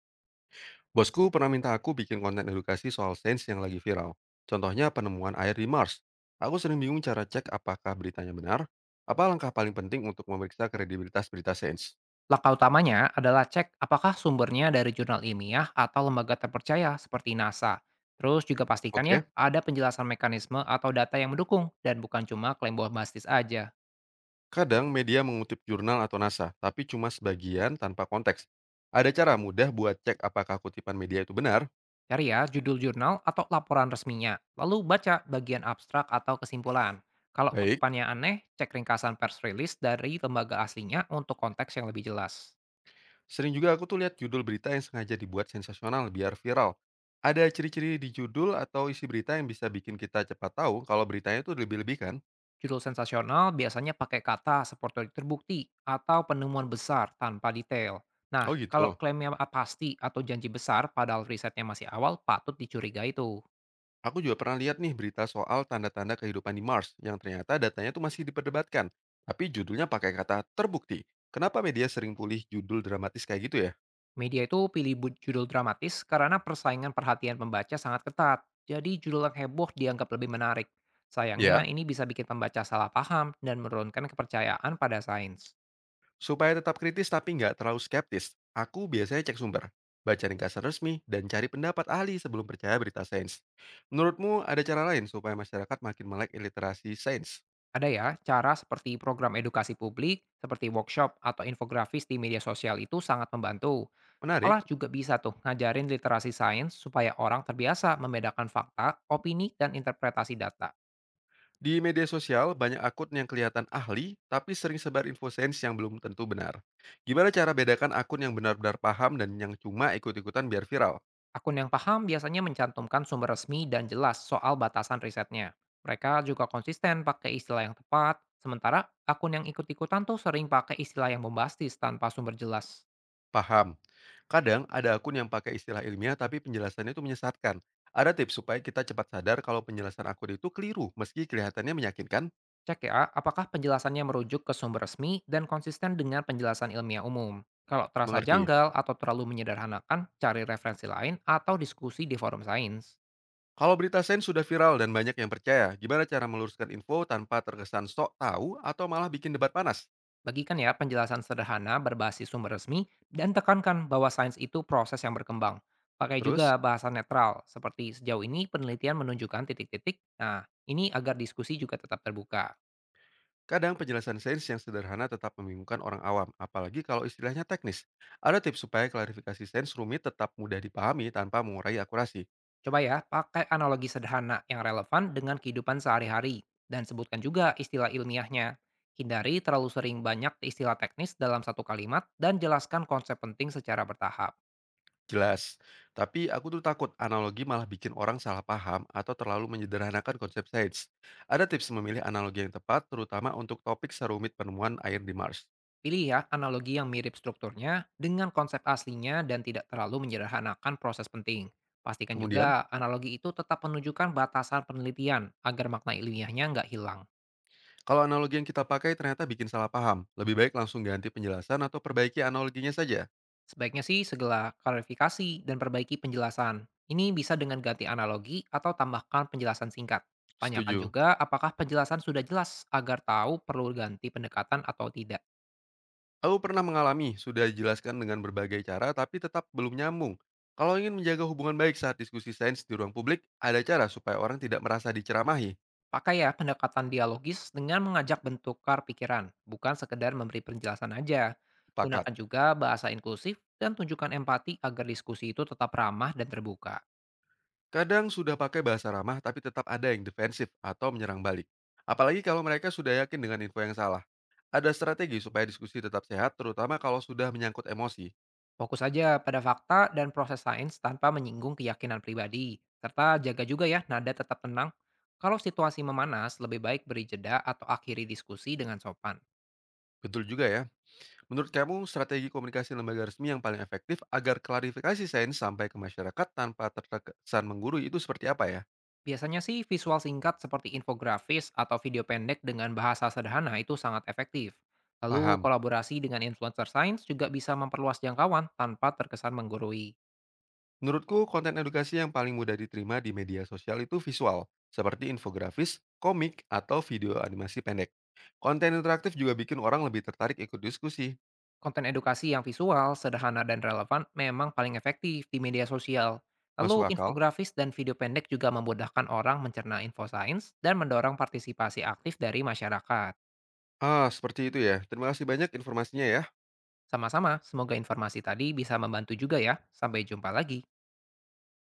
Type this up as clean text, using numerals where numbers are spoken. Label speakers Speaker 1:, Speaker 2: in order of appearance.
Speaker 1: Bosku pernah minta aku bikin konten edukasi soal sains yang lagi viral. Contohnya penemuan air di Mars. Aku sering bingung cara cek apakah beritanya benar. Apa langkah paling penting untuk memeriksa kredibilitas berita sains?
Speaker 2: Langkah utamanya adalah cek apakah sumbernya dari jurnal ilmiah atau lembaga terpercaya seperti NASA. Terus juga pastikan ya
Speaker 1: Oke,
Speaker 2: ada penjelasan mekanisme atau data yang mendukung dan bukan cuma klaim bombastis aja.
Speaker 1: kadang media mengutip jurnal atau NASA, tapi cuma sebagian tanpa konteks. Ada cara mudah buat cek apakah kutipan media itu benar?
Speaker 2: Cari ya judul jurnal atau laporan resminya, lalu baca bagian abstrak atau kesimpulan. Kalau
Speaker 1: Baik.
Speaker 2: kutipannya aneh, cek ringkasan pers rilis dari lembaga aslinya untuk konteks yang lebih jelas.
Speaker 1: Sering juga aku tuh lihat judul berita yang sengaja dibuat sensasional biar viral. Ada ciri-ciri di judul atau isi berita yang bisa bikin kita cepat tahu kalau beritanya itu lebih-lebih kan?
Speaker 2: Judul sensasional biasanya pakai kata seperti terbukti atau penemuan besar tanpa detail. Nah,
Speaker 1: Oh
Speaker 2: kalau
Speaker 1: gitu.
Speaker 2: pasti atau janji besar padahal risetnya masih awal, patut dicurigai tuh.
Speaker 1: Aku juga pernah lihat nih berita soal tanda-tanda kehidupan di Mars yang ternyata datanya tuh masih diperdebatkan. Tapi judulnya pakai kata terbukti. Kenapa media sering pulih judul dramatis kayak gitu ya?
Speaker 2: Media itu judul dramatis karena persaingan perhatian pembaca sangat ketat. Jadi judul yang heboh dianggap lebih menarik. Sayangnya
Speaker 1: Ya,
Speaker 2: ini bisa bikin pembaca salah paham dan menurunkan kepercayaan pada sains.
Speaker 1: supaya tetap kritis tapi nggak terlalu skeptis, aku biasanya cek sumber, baca ringkasan resmi, dan cari pendapat ahli sebelum percaya berita sains. Menurutmu ada cara lain supaya masyarakat makin melek iliterasi sains?
Speaker 2: Ada ya, cara seperti program edukasi publik, seperti workshop atau infografis di media sosial itu sangat membantu. Sekolah
Speaker 1: Menarik.
Speaker 2: juga bisa tuh ngajarin literasi sains supaya orang terbiasa membedakan fakta, opini, dan interpretasi data.
Speaker 1: Di media sosial, banyak akun yang kelihatan ahli, tapi sering sebar info sains yang belum tentu benar. Gimana cara bedakan akun yang benar-benar paham dan yang cuma ikut-ikutan biar viral?
Speaker 2: Akun yang paham biasanya mencantumkan sumber resmi dan jelas soal batasan risetnya. Mereka juga konsisten pakai istilah yang tepat, sementara akun yang ikut-ikutan tuh sering pakai istilah yang bombastis tanpa sumber jelas.
Speaker 1: Paham. Kadang ada akun yang pakai istilah ilmiah tapi penjelasannya itu menyesatkan. Ada tips supaya kita cepat sadar kalau penjelasan akun itu keliru meski kelihatannya meyakinkan?
Speaker 2: Cek ya, apakah penjelasannya merujuk ke sumber resmi dan konsisten dengan penjelasan ilmiah umum. Kalau terasa
Speaker 1: Mengerti.
Speaker 2: janggal atau terlalu menyederhanakan, cari referensi lain atau diskusi di forum sains.
Speaker 1: Kalau berita sains sudah viral dan banyak yang percaya, gimana cara meluruskan info tanpa terkesan sok tahu atau malah bikin debat panas?
Speaker 2: Bagikan ya penjelasan sederhana berbasis sumber resmi dan tekankan bahwa sains itu proses yang berkembang. Pakai
Speaker 1: Terus,
Speaker 2: juga bahasa netral, seperti sejauh ini penelitian menunjukkan titik-titik. Nah, ini agar diskusi juga tetap terbuka.
Speaker 1: kadang penjelasan sains yang sederhana tetap membingungkan orang awam, apalagi kalau istilahnya teknis. Ada tips supaya klarifikasi sains rumit tetap mudah dipahami tanpa mengurangi akurasi.
Speaker 2: Coba ya, pakai analogi sederhana yang relevan dengan kehidupan sehari-hari dan sebutkan juga istilah ilmiahnya. Hindari terlalu sering banyak istilah teknis dalam satu kalimat dan jelaskan konsep penting secara bertahap.
Speaker 1: Jelas. Tapi aku tuh takut analogi malah bikin orang salah paham atau terlalu menyederhanakan konsep sains. Ada tips memilih analogi yang tepat, terutama untuk topik serumit penemuan air di Mars.
Speaker 2: Pilih ya analogi yang mirip strukturnya dengan konsep aslinya dan tidak terlalu menyederhanakan proses penting. Pastikan juga
Speaker 1: Kemudian,
Speaker 2: analogi itu tetap menunjukkan batasan penelitian agar makna ilmiahnya nggak hilang.
Speaker 1: kalau analogi yang kita pakai ternyata bikin salah paham, lebih baik langsung ganti penjelasan atau perbaiki analoginya saja.
Speaker 2: Sebaiknya sih segala klarifikasi dan perbaiki penjelasan. Ini bisa dengan ganti analogi atau tambahkan penjelasan singkat. Tanyakan
Speaker 1: Setuju.
Speaker 2: juga apakah penjelasan sudah jelas agar tahu perlu ganti pendekatan atau tidak.
Speaker 1: Aku pernah mengalami, sudah dijelaskan dengan berbagai cara tapi tetap belum nyambung. Kalau ingin menjaga hubungan baik saat diskusi sains di ruang publik, ada cara supaya orang tidak merasa diceramahi.
Speaker 2: Pakai ya pendekatan dialogis dengan mengajak bentukar pikiran, bukan sekedar memberi penjelasan aja. Gunakan
Speaker 1: Pakat.
Speaker 2: juga bahasa inklusif dan tunjukkan empati agar diskusi itu tetap ramah dan terbuka.
Speaker 1: Kadang sudah pakai bahasa ramah tapi tetap ada yang defensif atau menyerang balik. Apalagi kalau mereka sudah yakin dengan info yang salah. Ada strategi supaya diskusi tetap sehat, terutama kalau sudah menyangkut emosi.
Speaker 2: Fokus saja pada fakta dan proses sains tanpa menyinggung keyakinan pribadi, serta jaga juga ya nada tetap tenang. Kalau situasi memanas, lebih baik beri jeda atau akhiri diskusi dengan sopan.
Speaker 1: Betul juga ya. Menurut kamu, strategi komunikasi lembaga resmi yang paling efektif agar klarifikasi sains sampai ke masyarakat tanpa terkesan menggurui itu seperti apa ya?
Speaker 2: Biasanya sih visual singkat seperti infografis atau video pendek dengan bahasa sederhana itu sangat efektif. Lalu
Speaker 1: Paham.
Speaker 2: kolaborasi dengan influencer sains juga bisa memperluas jangkauan tanpa terkesan menggurui.
Speaker 1: Menurutku, konten edukasi yang paling mudah diterima di media sosial itu visual, seperti infografis, komik, atau video animasi pendek. Konten interaktif juga bikin orang lebih tertarik ikut diskusi.
Speaker 2: Konten edukasi yang visual, sederhana, dan relevan memang paling efektif di media sosial. Lalu
Speaker 1: Masuk akal?
Speaker 2: infografis dan video pendek juga memudahkan orang mencerna info sains dan mendorong partisipasi aktif dari masyarakat.
Speaker 1: Ah, seperti itu ya. Terima kasih banyak informasinya ya.
Speaker 2: Sama-sama, semoga informasi tadi bisa membantu juga ya. Sampai jumpa lagi.